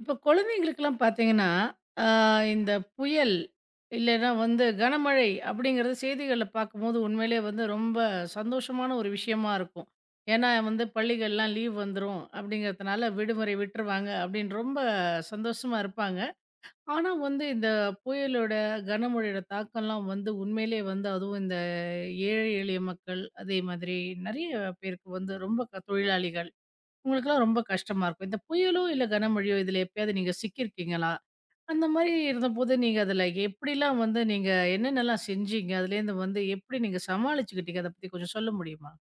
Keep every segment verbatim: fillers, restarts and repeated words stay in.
இப்போ குழந்தைங்களுக்கெல்லாம் பார்த்தீங்கன்னா, அ இந்த புயல் இல்லன்னா வந்து கனமழை அப்படிங்கிறது செய்திகள்ல பார்க்கும்போது உண்மையிலேயே வந்து ரொம்ப சந்தோஷமான ஒரு விஷயமா இருக்கும். ஏன்னா வந்து பள்ளிகள்லாம் லீவ் வந்துரும் அப்படிங்கிறதுனால விடுமுறை விட்டுருவாங்க அப்படின்னு ரொம்ப சந்தோஷமா இருப்பாங்க. ஆனா வந்து இந்த புயலோட, கனமழையோட தாக்கம்லாம் வந்து உண்மையிலேயே வந்து அதுவும் இந்த ஏழை எளிய மக்கள், அதே மாதிரி நெறைய பேருக்கு வந்து ரொம்ப க தொழிலாளிகள் உங்களுக்கெல்லாம் ரொம்ப கஷ்டமா இருக்கும். இந்த புயலோ, இல்ல கனமழையோ இதுல எப்பயாவது நீங்க சிக்கியிருக்கீங்களா? அந்த மாரி இருந்தபோது நீங்க அதுல எப்படிலாம் வந்து நீங்க என்னென்னலாம் செஞ்சீங்க? அதுலேருந்து வந்து எப்படி நீங்க சமாளிச்சுக்கிட்டீங்க? அத பத்தி கொஞ்சம் சொல்ல முடியுமா?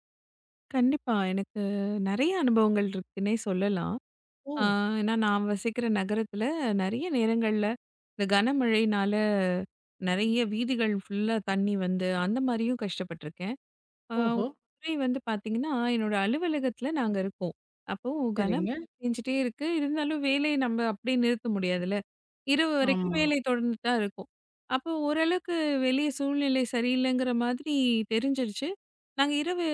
கண்டிப்பா. எனக்கு நெறைய அனுபவங்கள் இருக்குன்னே சொல்லலாம். ஓ! ஆ ஏன்னா நான் வசிக்கிற நகரத்தில நெறைய நேரங்கள்ல இந்த கனமழையினால நெறைய வீதிகள் ஃபுல்லா தண்ணி வந்து அந்த மாரியும் கஷ்டப்பட்டுருக்கேன். ஆ ஒரு ஓஹோ! முறை வந்து பார்த்தீங்கன்னா, என்னோட அலுவலகத்தில நாங்க இருக்கோம். அப்போ கனமழை சரிங்க. பேஞ்சுட்டே இருக்கு. இருந்தாலும் வேலைய நம்ம அப்படியே நிறுத்த முடியாதுல்ல. இரவு வரைக்கும் ஆமா. வேலை தொடர்ந்துட்டு தான் இருக்கும். அப்போ ஓரளவுக்கு வெளிய சூழ்நிலை சரியில்லைங்கிற மாதிரி தெரிஞ்சிருச்சு. நாங்க இரவு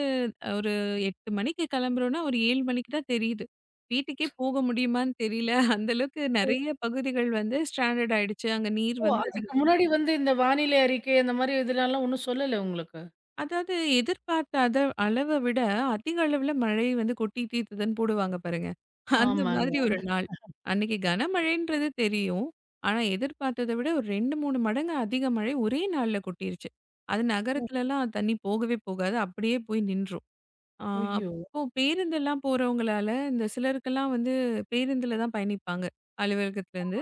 ஒரு எட்டு மணிக்கு கிளம்புறோம்னா, ஒரு ஏழு மணிக்கு தான் தெரியுது. வீட்டுக்கே போக முடியுமான்னு தெரியல. அந்த அளவுக்கு ஓ! நெறைய பகுதிகள் வந்து ஸ்ட்ராண்டட் ஆயிடுச்சு. அங்க நீர் ஓ! வந்து அதுக்கு அதிகமா முன்னாடி வந்து இந்த வானிலை அறிக்கை அந்த மாரி இதுலலாம் ஒண்ணும் சொல்லல உங்களுக்கு? அதாவது எதிர்பார்த்த அத அளவ விட அதிக அளவுல மழை வந்து கொட்டி தீர்த்துதுன்னு போடுவாங்க பாருங்க. அந்த ம். ஆமாங்க. மாதிரி ஒரு நாள். அன்னைக்கு கனமழைன்றது தெரியும். ஆனா எதிர்பார்த்தத விட ஒரு இரண்டு, மூணு மடங்கு அதிக மழை ஒரே நாள்ல கொட்டிருச்சு. அது ஓ! நகரத்துலலாம் தண்ணி போகவே போகாது. அப்படியே போய் நின்றும். ஆ ஐயோ! அப்போ பேருந்தெல்லாம் போறவங்களால இந்த சிலருக்கெல்லாம் வந்து பேருந்துல தான் பயணிப்பாங்க அலுவலகத்துலேருந்து.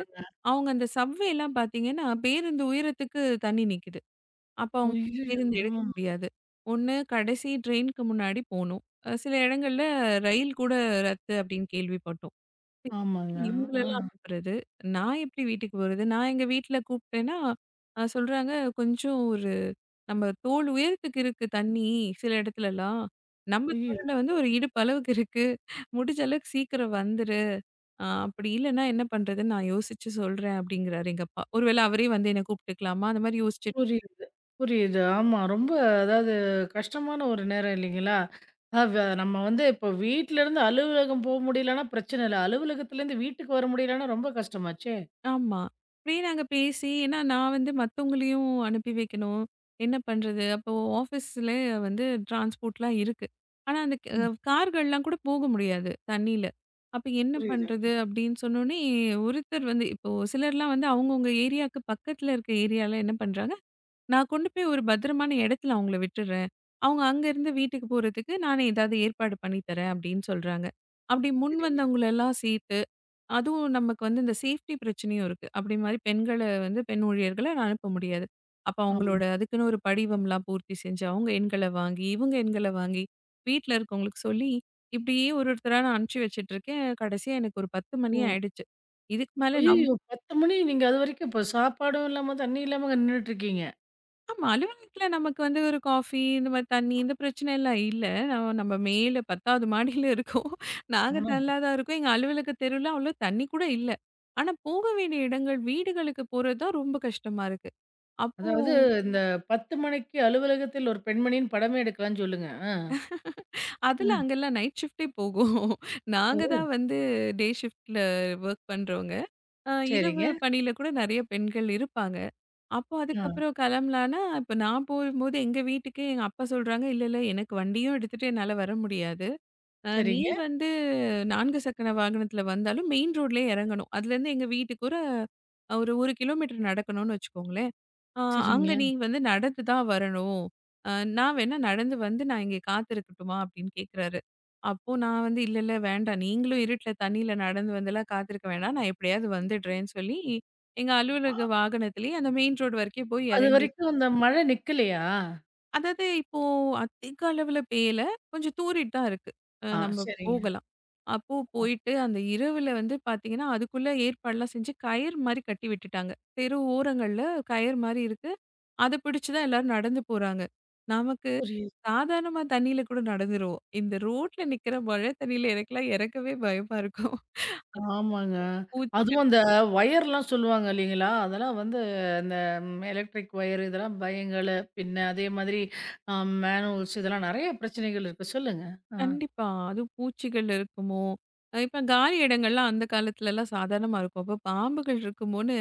அவங்க அந்த சப்வேலாம் பார்த்தீங்கன்னா, பேருந்து உயரத்துக்கு தண்ணி நிக்குது. அப்ப அவங்க ஐயய்யோ! பேருந்து எடுக்க ம். முடியாது. ஒண்ணு கடைசி ட்ரெயினுக்கு முன்னாடி போணும். அ சில இடங்கள்ல ரயில் கூட ரத்து அப்படின்னு கேள்விப்பட்டோம். இப்ப எப்படி ஆமாங்க. ஆ. இவங்களெல்லாம் அனுப்புறது? நான் எப்படி வீட்டுக்கு போறது? நான் எங்க வீட்ல கூப்பிட்டேன்னா, அ சொல்றாங்க கொஞ்சம் ஒரு நம்ம தோள் உயரத்துக்கு இருக்கு தண்ணி சில இடத்துலலாம். நம்ம ஐயோ! தெருல வந்து ஒரு இடுப்பு அளவுக்கு இருக்கு. முடிஞ்ச அளவுக்கு சீக்கிரம் வந்துரு. அ அப்படி இல்லன்னா என்ன பண்றதுன்னு நான் யோசிச்சு சொல்றேன் அப்படிங்கிறாரு எங்க அப்பா. ஒருவேளை அவரே வந்து என்ன கூப்பிட்டுக்கலாமா? அந்த மாதிரி யோசிச்சு புரியுது, புரியுது. ஆமா. ரொம்ப அதாவது கஷ்டமான ஒரு நேரம் இல்லைங்களா? அவ நம்ம வந்து இப்போ வீட்லருந்து அலுவலகம் போ முடியலன்னா பிரச்சனை இல்ல. அலுவலகத்துலேருந்து வீட்டுக்கு வர முடியலன்னா ரொம்ப கஷ்டமாச்சே! ஆமா. இப்படியே நாங்க பேசி ஏன்னா நான் வந்து மத்தவங்களையும் அனுப்பி வைக்கணும். என்ன பண்றது? அப்போ ஆஃபீஸ்ல வந்து டிரான்ஸ்போர்ட்லாம் இருக்கு. ஆனா அந்த க ம். கார்கள்லாம் கூட போக முடியாது தண்ணீல. அப்ப என்ன புரியுதுங்க. பண்றது? அப்படின்னு சொன்னோனே ஒருத்தர் வந்து இப்போ சிலர்லாம் வந்து அவங்கவங்க ஏரியாவுக்கு பக்கத்துல இருக்க ஏரியால என்ன பண்றாங்க? நான் கொண்டு போய் ஒரு பத்திரமான இடத்துல அவங்கள விட்டுடுறேன். அவங்க அங்கருந்து வீட்டுக்கு போறதுக்கு நானே ஏதாவது ஏற்பாடு பண்ணி தரேன் அப்படின்னு சொல்றாங்க. அப்படி முன் சரிங்க. வந்தவங்களெல்லாம் சேர்த்து அதுவும் நமக்கு வந்து இந்த சேஃப்டி பிரச்சனையும் இருக்கு. அப்படி மாரி பெண்கள வந்து பெண் ஊழியர்கள அனுப்ப முடியாது. அப்ப ஆமா. அவங்களோட அதுக்குன்னு ஒரு படிவம்லாம் பூர்த்தி செஞ்சு, அவங்க எண்கள வாங்கி, இவங்க எண்கள வாங்கி, வீட்ல இருக்கவங்களுக்கு சொல்லி, இப்படியே ஒரு ஒருத்தரா நான் அனுப்பிச்சு வச்சுட்டு இருக்கேன். கடைசியா எனக்கு ஒரு பத்து மணி ஓ! ஆயிடுச்சு. இதுக்கு மேல நம் ஐயய்யோ! பத்து மணி நீங்க அதுவரைக்கும் இப்போ சாப்பாடும் இல்லாம, தண்ணி இல்லாம நின்னுட்டுருக்கீங்க. ஆமா. அலுவலகத்துல நமக்கு வந்து ஒரு காஃபி, இந்த மாரி தண்ணி இந்த பிரச்சனைலாம் இல்ல. நம்ம நம்ம மேல பத்தாவது மாடியில இருக்கோம். நாங்க ஆனா தள்ளா தான் இருக்கோம். எங்க அலுவலக தெருவுல அவ்வளோ தண்ணி கூட இல்ல. ஆனா போக வேண்டிய இடங்கள் வீடுகளுக்கு போறது தான் ரொம்ப கஷ்டமா இருக்கு. அப்போ அதாவது இந்த பத்து மணிக்கு அலுவலகத்தில் ஒரு பெண்மணின்னு படமே எடுக்கலான்னு சொல்லுங்க. ஆ. அதுல ஆ. அங்கெல்லாம் நைட் ஷிஃப்ட்டே போகும். நாங்க ஓ! தான் வந்து டே ஷிஃப்ட்ல ஒர்க் பண்றவங்க. அ சரிங்க. இரவு பணியில கூட நெறைய பெண்கள் இருப்பாங்க. அப்போ ஆ. அதுக்கப்புறம் கிளம்பலான்னா, இப்ப நான் போகும்போது எங்க வீட்டுக்கு எங்க அப்பா சொல்றாங்க, "இல்ல, இல்ல எனக்கு வண்டியும் எடுத்துட்டு என்னால வர முடியாது." அ நீ சரிங்க, வந்து நாலு சக்கர வாகனத்துல வந்தாலும் மெயின் ரோட்லயே இறங்கணும். அதுலேருந்து எங்க வீட்டுக்கு ஒரு அ ஒரு 1 கிலோமீட்டர் நடக்கணும்னு வச்சுக்கோங்களேன். அ அங்க சரிங்க. நீ வந்து நடந்து தான் வரணும். அ நான் வேணா நடந்து வந்து நான் இங்கே காத்திருக்கட்டுமா? அப்படின்னு கேட்குறாரு. அப்போ நான் வந்து இல்ல, இல்ல வேண்டாம். நீங்களும் இருட்டுல தண்ணீல நடந்து வந்துலாம் காத்திருக்க வேண்டாம். நான் எப்படியாவது வந்துடுறேன்னு சொல்லி எங்க அ அலுவலக வாகனத்திலேயே அந்த மெயின் ரோடு வரைக்கும் போய் இறங்கிட்டேன். அதுவரைக்கும் அந்த மழை நிக்கலையா? அதாவது இப்போ அதிக அளவுல பேயல. கொஞ்சம் தூறிட்டு தான் இருக்கு. அ ஆ நம்ம சரிங்க. போகலாம். அப்போ போயிட்டு அந்த இரவுல வந்து பார்த்தீங்கன்னா, அதுக்குள்ள ஏற்பாடுலாம் செஞ்சு கயிறு மாரி கட்டி விட்டுட்டாங்க. தெரு ஓரங்கள்ல கயிறு மாரி இருக்கு. அத பிடிச்சு தான் எல்லாரும் நடந்து போறாங்க. நமக்கு புரியுது. சாதாரணமா தண்ணீல கூட நடந்துருவோம். இந்த ரோட்ல நிக்கிற மழை தண்ணீல எனக்கெல்லாம் இறக்கவே பயமா இருக்கும். ஆமாங்க. அதுவும் பூச்சிகள் அந்த வயர்லாம் சொல்லுவாங்க இல்லைங்களா? அதெல்லாம் வந்து அந்த ம் எலக்ட்ரிக் வயர் இதெல்லாம் பயங்கல, பின்ன அதே மாதிரி அ மேனுவல்ஸ் இதெல்லாம் நெறைய பிரச்சனைகள் இருக்கு. சொல்லுங்க. ஆ. கண்டிப்பா. அதுவும் பூச்சிகள் இருக்குமோ! அ இப்ப காலி இடங்கள்லாம் அந்த காலத்துலலாம் சாதாரணமா இருக்கும். அப்ப பாம்புகள் இருக்குமோன்னு,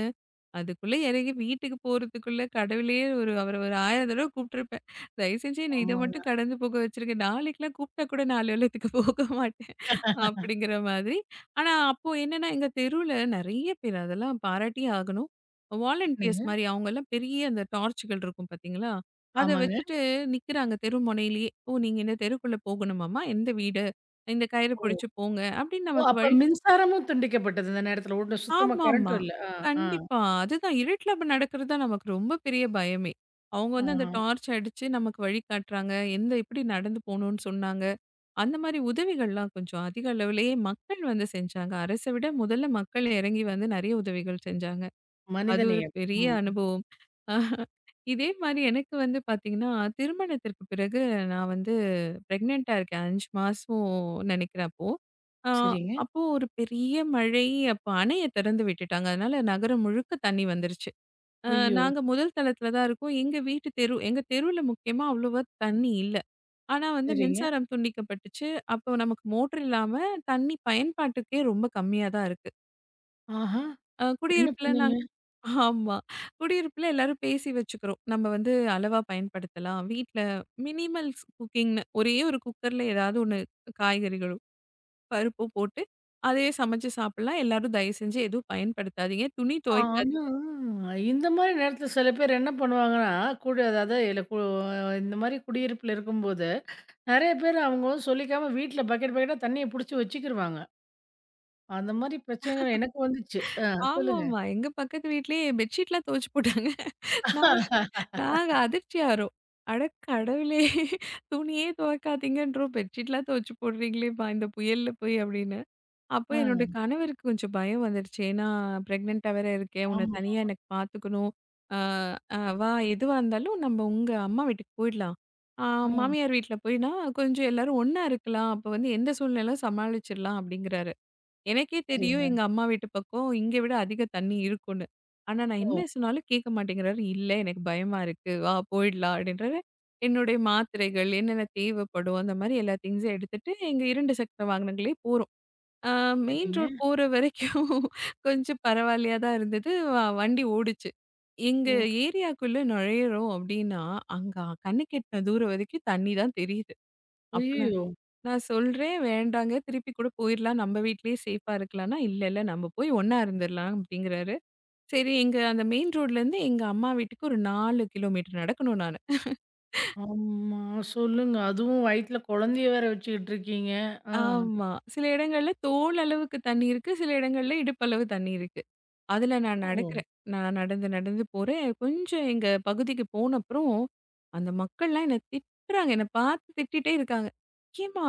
அதுக்குள்ள இறங்கி வீட்டுக்கு போறதுக்குள்ள கடவுளே ஒரு அவர ஒரு ஆயிரம் தடவ கூப்பிட்டுருப்பேன். தயவு செஞ்சு என்ன இத ஆமாங்க. மட்டும் கடந்து போக வச்சுருங்க. நாளைக்குலாம் கூப்பிட்டா கூட நான் அலுவலகத்துக்கு போக மாட்டேன். அப்படிங்கிற மாதிரி. ஆனா, அப்போ என்னன்னா, எங்க தெருவுல நெறைய பேர் அதெல்லாம் பாராட்டியே ஆகணும். வாலண்டியர்ஸ் என்னங்க? மாரி அவங்கலாம் பெரிய அந்த டார்ச்சுகள் இருக்கும் பார்த்தீங்களா? அத ஆமாங்க. வச்சுட்டு நிக்கிறாங்க தெரு முனையிலேயே. "ஓ! நீங்க இந்த தெருக்குள்ள போகணுமாம்மா? எந்த வீடு? இந்த கயிறு ஓ! பிடிச்சு போங்க." அப்படின்னு ஓ! நமக்கு அப்ப வழி மின்சாரமும் துண்டிக்கப்பட்டது இந்த நேரத்துல. ஒண்ணும் சுத்தமா ஆமாமா. கரண்ட்டும் இல்ல. ஆ, ஆ, கண்டிப்பா. அதுதான் இருட்டுல அப்ப நடக்கிறது தான் நமக்கு ரொம்ப பெரிய பயமே. அவங்க ஆ. வந்து அந்த டார்ச் அடிச்சு நமக்கு வழி காட்டுறாங்க. எந்த எப்படி நடந்து போணும்னு சொன்னாங்க. அந்த மாரி உதவிகள்லாம் கொஞ்சம் அதிக அளவிலேயே மக்கள் வந்து செஞ்சாங்க. அரச விட முதல்ல மக்கள் இறங்கி வந்து நெறைய உதவிகள் செஞ்சாங்க. அது ஒரு மனிதநேயம். பெரிய ம். அனுபவம். இதே மாரி எனக்கு வந்து பார்த்தீங்கன்னா, திருமணத்திற்கு பிறகு நான் வந்து பிரெக்னன்ட்டா இருக்கேன். அஞ்சு மாசம் நெனைக்கிறேன் அப்போ. ஆ சரிங்க. அப்போ ஒரு பெரிய மழை, அப்போ அணைய திறந்து விட்டுட்டாங்க. அதனால நகரம் முழுக்க தண்ணி வந்துருச்சு. அ ஐயோ! நாங்க முதல் தளத்தில தான் இருக்கோம். எங்க வீட்டு தெரு எங்க தெருவுல முக்கியமா அவ்வளவா தண்ணி இல்ல. ஆனா வந்து சரிங்க. மின்சாரம் துண்டிக்கப்பட்டுச்சு. அப்போ நமக்கு மோட்டர் இல்லாம தண்ணி பயன்பாட்டுக்கே ரொம்ப கம்மியா தான் இருக்கு. ஆஹா! அ என்ன குடியிருப்புல பண்ணீங்க? நாங்க ஆமா. குடியிருப்புல எல்லாரும் பேசி வச்சுக்கிறோம். நம்ம வந்து அளவா பயன்படுத்தலாம். வீட்ல மினிமல்ஸ் குக்கிங்ன்னு ஒரே ஒரு குக்கர்ல ஏதாவது ஒண்ணு காய்கறிகளும், பருப்பும் போட்டு அதையே சமைச்சு சாப்பிடலாம். எல்லாரும் தயவு செஞ்சு எதுவும் பயன்படுத்தாதீங்க. துணி துவைக்காதீங்க. ஆனா, இந்த மாரி நேரத்துல சில பேர் என்ன பண்ணுவாங்கன்னா, குடி அதாவது இல்ல கு இந்த மாரி குடியிருப்புல இருக்கும்போது, நெறைய பேர் அவங்க வந்து சொல்லிக்காம வீட்ல பக்கெட் பக்கெட்டா தண்ணிய புடிச்சு வச்சுக்கிருவாங்க. அந்த மாரி பிரச்சனைகள் எனக்கு வந்துச்சு. ஆ சொல்லுங்க. ஆமாமா. எங்க பக்கத்து வீட்லயே பெட்ஷீட்லாம் துவைச்சு போட்டாங்க. நாங்க நாங்க அதிர்ச்சியாறோம். அட கடவுளே! துணியே துவைக்காதீங்கன்றோம். பெட்ஷீட்லாம் துவைச்சு போடுறீங்களேப்பா இந்த புயல்ல போய் அப்படின்னு. அப்போ ஆ, என்னுடைய கணவருக்கு கொஞ்சம் பயம் வந்துடுச்சு. ஏன்னா, பிரெக்னன்ட்டா வேற இருக்கேன். உன்ன ஆமா. தனியா எனக்கு பார்த்துக்கணும். அ அ வா எதுவா இருந்தாலும் நம்ம உங்க அம்மா வீட்டுக்கு போயிடலாம். ஆ ஆ, மாமியார் வீட்ல போய்னா, கொஞ்சம் எல்லாரும் ஒண்ணா இருக்கலாம். அப்போ வந்து எந்த சூழ்நிலையில சமாளிச்சிடலாம் அப்படிங்கிறாரு. எனக்கே தெரியும் சரிங்க. எங்க அம்மா வீட்டு பக்கம் இங்க விட அதிக தண்ணி இருக்கும்னு. ஆனா, நான் ஓ! என்ன சொன்னாலும் கேட்க மாட்டேங்கிறாரு. இல்ல எனக்கு பயமா இருக்கு. வா போயிடலாம் அப்படின்றாரு. என்னுடைய மாத்திரைகள், என்னென்ன தேவைப்படும் அந்த மாரி எல்லா திங்ஸும் எடுத்துட்டு எங்க ரெண்டு சக்கர வாகனங்களே போறோம். ஆ மெயின் சரிங்க. ரோட் போற வரைக்கும் கொஞ்சம் பரவாயில்லையா தான் இருந்தது. வ வண்டி ஓடுச்சு. எங்க ஓ! ஏரியாக்குள்ள நுழையிறோம் அப்படின்னா, அங்க கண்ணுக்கெட்ன தூரம் வரைக்கும் தண்ணி தான் தெரியுது. அப்ப நான் ஐயய்யோ! நான் சொல்றேன் வேண்டாங்க. திருப்பி கூட போயிரலாம். நம்ம வீட்லயே சேஃபா இருக்கலாம்னா, இல்ல இல்ல நம்ம போய் ஒண்ணா இருந்துரலாம் அப்படிங்கிறாரு. சரி எங்க அந்த மெயின் ரோட்லருந்து எங்க அம்மா வீட்டுக்கு ஒரு நாலு கிலோமீட்டர் நடக்கணும் நானு. ஆமா, சொல்லுங்க. அதுவும் வயித்துல குழந்தைய வேற வச்சுக்கிட்டு இருக்கீங்க. ஆ. ஆமா. சில இடங்கள்ல தோள் அளவுக்கு தண்ணி இருக்கு. சில இடங்கள்ல இடுப்பளவு தண்ணி இருக்கு. அதுல நான் ஓ! நடக்கிறேன். நான் நடந்து, நடந்து போறேன். கொஞ்சம் எங்க பகுதிக்கு போனப்புறம், அந்த மக்கள்லாம் என்ன திட்டுறாங்க. என்ன பார்த்து திட்டிட்டே இருக்காங்க. "ஏம்மா!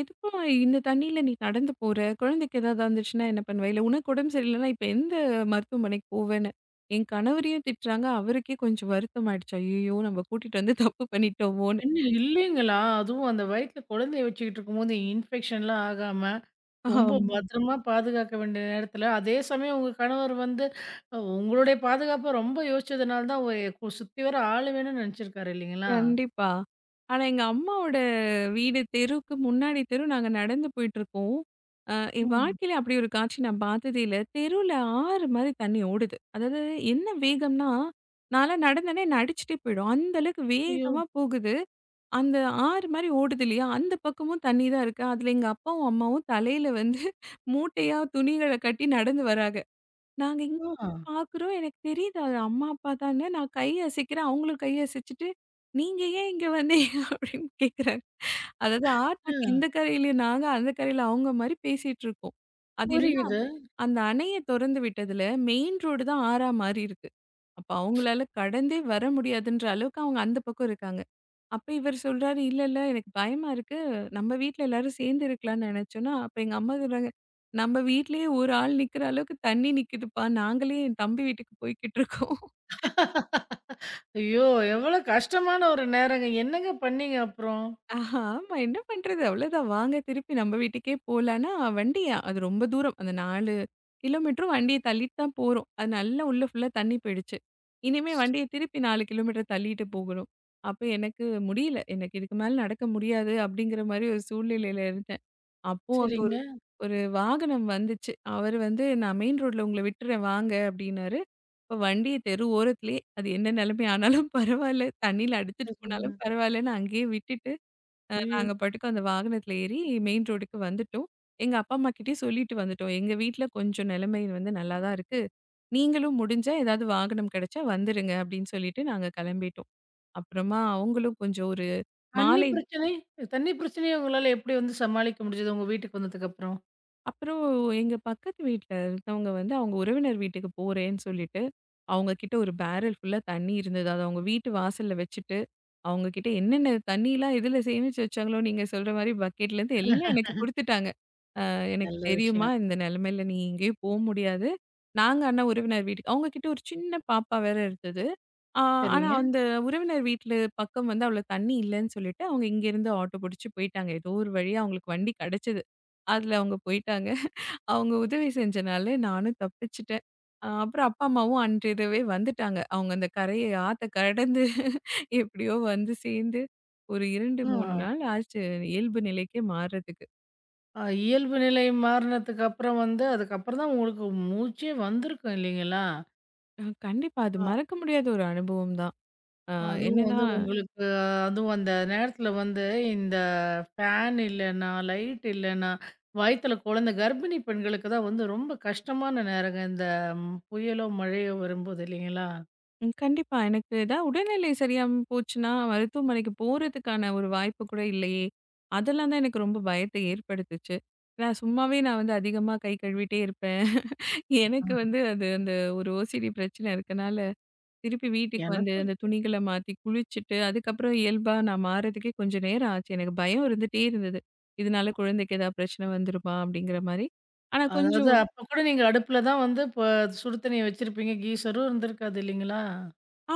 எதுக்கும்மா இந்த தண்ணீல நீ நடந்து போற? குழந்தைக்கு ஏதாவது வந்துச்சுன்னா என்ன பண்ணுவ? இல்ல உனக்கு உடம்பு சரியில்லன்னா, இப்ப எந்த மருத்துவமனைக்கு போவேன்னு?" என் கணவரையும் திட்டுறாங்க. அவருக்கே கொஞ்சம் வருத்தம் ஆயிடுச்சு. "ஐயய்யோ! நம்ம கூட்டிட்டு வந்து தப்பு பண்ணிட்டோமோன்னு." பெண்ணு இல்லைங்களா? அதுவும் அந்த வயித்துல குழந்தைய வச்சுக்கிட்டு இருக்கும்போது இன்ஃபெக்ஷன்லாம் ஆகாம, ரொம்ப ஆமா. பத்திரமா பாதுகாக்க வேண்டிய நேரத்துல, அதே சமயம் உங்க கணவர் வந்து அ உங்களுடைய பாதுகாப்ப ரொம்ப யோசிச்சதுனால தான் ஒரு கு சுத்தி வர ஆளு வேணும்னு நெனச்சிருக்காரு இல்லைங்களா? கண்டிப்பா. ஆனா எங்க அம்மாவோட வீடு தெருவுக்கு முன்னாடி தெரு நாங்க நடந்து போயிட்டுருக்கோம். அ என் ம். வாழ்க்கையில அப்படி ஒரு காட்சி நான் பார்த்ததே இல்ல. தெருவுல ஆறு மாரி தண்ணி ஓடுது. அதாவது என்ன வேகம்னா, நான்லாம் நடந்தேன்னா என்ன அடிச்சுட்டே போயிடும். அந்த அளவுக்கு ஐயோ! வேகமா போகுது. அந்த ஆறு மாரி ஓடுது இல்லையா? அந்த பக்கமும் தண்ணி தான் இருக்கு. அதுல எங்க அப்பாவும், அம்மாவும் தலையில வந்து மூட்டையா துணிகள கட்டி நடந்து வராங்க. நாங்க இங்க ஆ, பாக்குறோம். எனக்கு தெரியுது அது அம்மா, அப்பா தான்னு. நான் கை அசைக்கிறேன். அவங்களும் கை அசைச்சுட்டு, "நீங்க ஏன் இங்க வந்தீங்க?" அப்படின்னு கேக்குறாங்க. அதாவது ஆ ஆற்றுக்கு இந்த கரையில நாங்க, அந்த கரையில அவங்க மாரி பேசிட்டு இருக்கோம். அது என்னன்னா, புரியுது. அந்த அணைய தொறந்து விட்டதுல மெயின் ரோடு தான் ஆறா மாறி இருக்கு. அப்ப அவங்களால கடந்தே வர முடியாதுன்ற அளவுக்கு அவங்க அந்த பக்கம் இருக்காங்க. அப்ப இவர் சொல்றாரு, "இல்ல, இல்ல எனக்கு பயமா இருக்கு. நம்ம வீட்ல எல்லாரும் சேர்ந்து இருக்கலாம்னு நெனைச்சோன்னா" அப்ப எங்க அம்மா சொல்றாங்க, "நம்ம வீட்லயே ஒரு ஆள் நிக்கிற அளவுக்கு தண்ணி நிக்குதுப்பா. நாங்களே என் தம்பி வீட்டுக்கு போய்க்கிட்டு இருக்கோம்." ஐயோ! எவ்வளோ கஷ்டமான ஒரு நேரங்க. என்னங்க பண்ணீங்க அப்புறம்? ஆஹா! ஆமா என்ன பண்றது? அவ்வளோதான் வாங்க திருப்பி நம்ம வீட்டுக்கே போலான்னா, வண்டி அது ரொம்ப தூரம். அந்த நாலு கிலோமீட்டரும் வண்டிய தள்ளிட்டு தான் போறோம். அது நல்லா உள்ள ஃபுல்லா தண்ணி போயிடுச்சு. இனிமே வண்டிய திருப்பி நாலு கிலோமீட்டர் தள்ளிட்டு போகணும். அப்ப எனக்கு முடியல. எனக்கு இதுக்கு மேல நடக்க முடியாது அப்படிங்கிற மாரி ஒரு சூழ்நிலையில இருந்தேன். அப்போ அங்க சரிங்க, ஒரு ஒரு வாகனம் வந்துச்சு. அவரு வந்து "நான் மெயின் ரோட்ல உங்கள விட்டுறேன் வாங்க" அப்டின்னாரு. அப்ப வண்டிய தெரு ஓரத்திலேயே அது என்ன நெலைமை ஆனாலும் பரவால்ல. தண்ணீல அடிச்சுட்டு சரிங்க. போனாலும் பரவால்லன்னு அங்கேயே விட்டுட்டு, அ ஐயோ! நாங்க பாட்டுக்கு அந்த வாகனத்துல ஏறி மெயின் ரோடுக்கு வந்துட்டோம். எங்க அப்பா, அம்மா கிட்டயும் சொல்லிட்டு வந்துட்டோம். "எங்க வீட்ல கொஞ்சம் நிலைமை வந்து நல்லா தான் இருக்கு. நீங்களும் முடிஞ்சா ஏதாவது வாகனம் கிடைச்சா வந்துருங்க" அப்டின்னு சொல்லிட்டு நாங்க கிளம்பிட்டோம். அப்புறமா அவங்களும் கொஞ்சம் ஒரு தண்ணி மாலை பிரச்சனை? தண்ணி பிரச்சனைய உங்களால எப்படி வந்து சமாளிக்க முடிஞ்சது உங்க வீட்டுக்கு வந்ததுக்கு அப்புறம்? அப்புறம் எங்க பக்கத்து வீட்ல இருக்கவங்க வந்து அவங்க உறவினர் வீட்டுக்கு போறேன்னு சொல்லிட்டு, அவங்க கிட்ட ஒரு பேரல் ஃபுல்லா தண்ணி இருந்தது. அத அவங்க வீட்டு வாசல்ல வச்சுட்டு, அவங்க கிட்ட என்னென்ன தண்ணிலாம் எதுல சேமிச்சு வச்சாங்களோ, நீங்க சொல்ற மாரி பக்கெட்லேருந்து எல்லாம் எனக்கு குடுத்துட்டாங்க. "அ எனக்கு நல்ல தெரியும்மா, விஷயம். இந்த நிலைமையில நீ எங்கேயும் போ முடியாது. நாங்க ஆனா உறவினர் வீட்டுக்கு" அவங்க கிட்ட ஒரு சின்ன பாப்பா வேற இருந்தது. ஆ ஆனா சரிங்க. அந்த உறவினர் வீட்ல பக்கம் வந்து அவ்வளோ தண்ணி இல்லன்னு சொல்லிட்டு, அவங்க இங்கேருந்து ஆட்டோ புடிச்சு போயிட்டாங்க. ஏதோ ஒரு வழியா அவங்களுக்கு வண்டி கெடைச்சது. அதுல அவங்க போயிட்டாங்க. அவங்க உதவி செஞ்சனால நானும் தப்பிச்சுட்டேன். அ அப்புறம் அப்பா, அம்மாவும் அன்று இரவே வந்துட்டாங்க. அவங்க அந்த கரைய ஆத்த கடந்து எப்படியோ வந்து சேர்ந்து ஒரு இரண்டு, ஆ. மூணு நாள் ஆச்சு இயல்பு நிலைக்கே மாறுறதுக்கு. அ இயல்பு நிலை மாறுனதுக்கு அப்புறம் வந்து, அதுக்கப்புறம் தான் உங்களுக்கு மூச்சே வந்திருக்கும் இல்லைங்களா? அ கண்டிப்பா அது ஆ. மறக்க முடியாத ஒரு அனுபவம் தான். அ அதுவும் என்னன்னா வந்து உங்களுக்கு அஹ், அதுவும் அந்த நேரத்தில வந்து இந்த ஃபேன் இல்லன்னா, லைட் இல்லன்னா, வயித்துல குழந்தை கர்ப்பிணி பெண்களுக்கு தான் வந்து ரொம்ப கஷ்டமான நேரங்க. இந்த ம், புயலோ, மழையோ வரும்போது இல்லைங்களா? ம் கண்டிப்பா எனக்கு ஏதாவது உடல்நிலை சரியாம போச்சுன்னா, மருத்துவமனைக்கு போறதுக்கான ஒரு வாய்ப்பு கூட இல்லையே! அதெல்லாம் தான் எனக்கு ரொம்ப பயத்த ஏற்படுத்துச்சு. நான் சும்மாவே நான் வந்து அதிகமா கை கழுவிட்டே இருப்பேன். எனக்கு ஆ. வந்து அது அந்த ஒரு ஓசிடி பிரச்சனை இருக்கனால, திருப்பி வீட்டுக்கு வந்து எனக்கும் அந்த இருக்கு. துணிகள மாத்தி குளிச்சுட்டு, அதுக்கப்புறம் இயல்பா நான் மாறதுக்கே கொஞ்சம் நேரம் ஆச்சு. எனக்கு பயம் இருந்துட்டே இருந்தது. இதனால குழந்தைக்கு ஏதாவது பிரச்சனை வந்துருமா? அப்படிங்கிற மாரி. ஆனா கொஞ்ச அதாவது அப்ப கூட நீங்க அடுப்புல தான் வந்து இப்ப சுடு தண்ணீய வச்சிருப்பீங்க. கீசரும் இருந்திருக்காது இல்லைங்களா?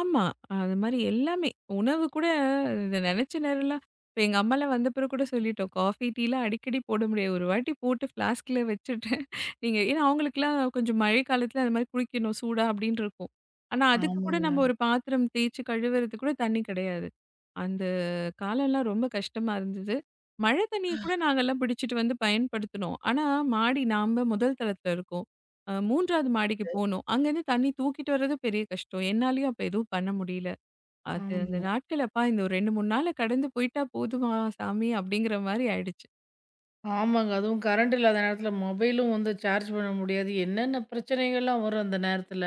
ஆமா. அது மாரி எல்லாமே. உணவு கூட இத நெனச்ச நேரம்லாம் இப்ப எங்க அம்மாலாம் வந்த பிறகு கூட சொல்லிட்டோம். காஃபி, டீலாம் அடிக்கடி போட முடியாது. ஒரு வாட்டி போட்டு ஃப்ளாஸ்க்ல வச்சுட்டேன். நீங்க ஏன்னா அவங்களுக்குலாம் கொஞ்சம் மழை காலத்துல அது மாரி குளிக்கணும் சூடா அப்டின்னு இருக்கும். ஆனா அதுக்கு கூட ஆமாங்க. நம்ம ஒரு பாத்திரம் தேய்ச்சு கழுவுறதுக்கு கூட தண்ணி கிடையாது. அந்த காலம்லாம் ரொம்ப கஷ்டமா இருந்தது. மழை தண்ணிய கூட நாங்கலாம் பிடிச்சிட்டு வந்து பயன்படுத்தினோம். ஆனா மாடி நாம முதல் தளத்துல இருக்கோம். அ 3வது மாடிக்கு போனோம். அங்கேருந்து தண்ணி தூக்கிட்டு வர்றது பெரிய கஷ்டம். என்னாலயும் அப்ப எதுவும் பண்ண முடியல. அது அந்த ஆமா. நாட்கள் அப்பா இந்த ஒரு இரண்டு, மூணு நாள்ல கடந்து போயிட்டா போதுமா சாமி அப்படிங்கிற மாரி ஆயிடுச்சு. ஆமாங்க. அதுவும் கரண்ட் இல்லாத நேரத்தில மொபைலும் வந்து சார்ஜ் பண்ண முடியாது. என்னென்ன பிரச்சனைகள்லாம் வரும் அந்த நேரத்தில.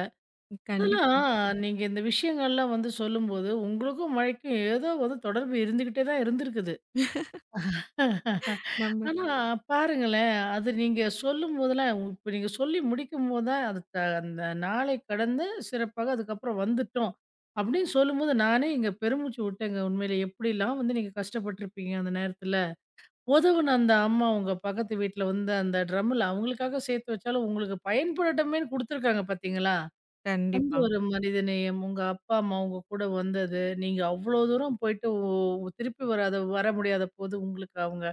அதெல்லாம் கண்டிப்பா. நீங்க இந்த விஷயங்கள்லாம் வந்து சொல்லும்போது, உங்களுக்கும் மழைக்கும் ஏதோ வந்து தொடர்பு இருந்துகிட்டே தான் இருந்திருக்குது. நம்ம ஆனா பாருங்களேன், அது நீங்க சொல்லும்போதெல்லாம் இப்ப நீங்க சொல்லி முடிக்கும்போது தான் அது த அந்த நாளை கடந்து சிறப்பாக அதுக்கப்புறம் வந்துட்டோம். அப்படின்னு சொல்லும்போது நானே இங்க பெருமூச்சு விட்டேங்க. உண்மையிலே எப்படிலாம் வந்து நீங்க கஷ்டப்பட்டுருப்பீங்க அந்த நேரத்தில. உதவுன அந்த அம்மா உங்க பக்கத்து வீட்ல வந்து அந்த ட்ரம்ல அவங்களுக்காக சேர்த்து வச்சாலும் உங்களுக்கு பயன்படட்டுமேன்னு குடுத்துருக்காங்க பார்த்தீங்களா? அந்த கண்டிப்பா. ஒரு மனிதநேயம் உங்க அப்பா, அம்மா உங்க கூட வந்தது, நீங்க அவ்வளோ தூரம் போயிட்டு ஒ திருப்பி வராத வர முடியாத போது உங்களுக்கு அவங்க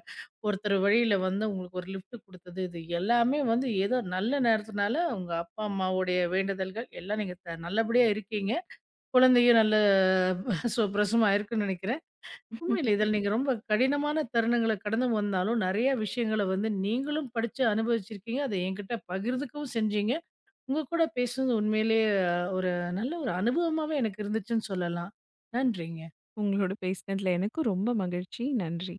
ஒருத்தர் வழியில வந்து உங்களுக்கு ஒரு லிஃப்ட் குடுத்தது, இது எல்லாமே வந்து ஏதோ நல்ல நேரத்துனால உங்க அப்பா, அம்மாவுடைய வேண்டுதல்கள் எல்லாம் நீங்க த நல்லபடியா இருக்கீங்க. குழந்தையும் நல்ல சுவப்பிரசவமா இருக்குன்னு நெனைக்கிறேன். உண்மையில இதில நீங்க ரொம்ப கடினமான தருணங்கள கடந்து வந்தாலும், நெறைய விஷயங்கள வந்து நீங்களும் படிச்சு அனுபவிச்சிருக்கீங்க. அத என்கிட்ட பகிர்ந்துக்கவும் செஞ்சீங்க. உங்க கூட பேசுனது உண்மையிலேயே அஹ், ஒரு நல்ல ஒரு அனுபவமாவே எனக்கு இருந்துச்சுன்னு சொல்லலாம். நன்றிங்க. உங்களோட பேசினதுல எனக்கும் ரொம்ப மகிழ்ச்சி. நன்றி.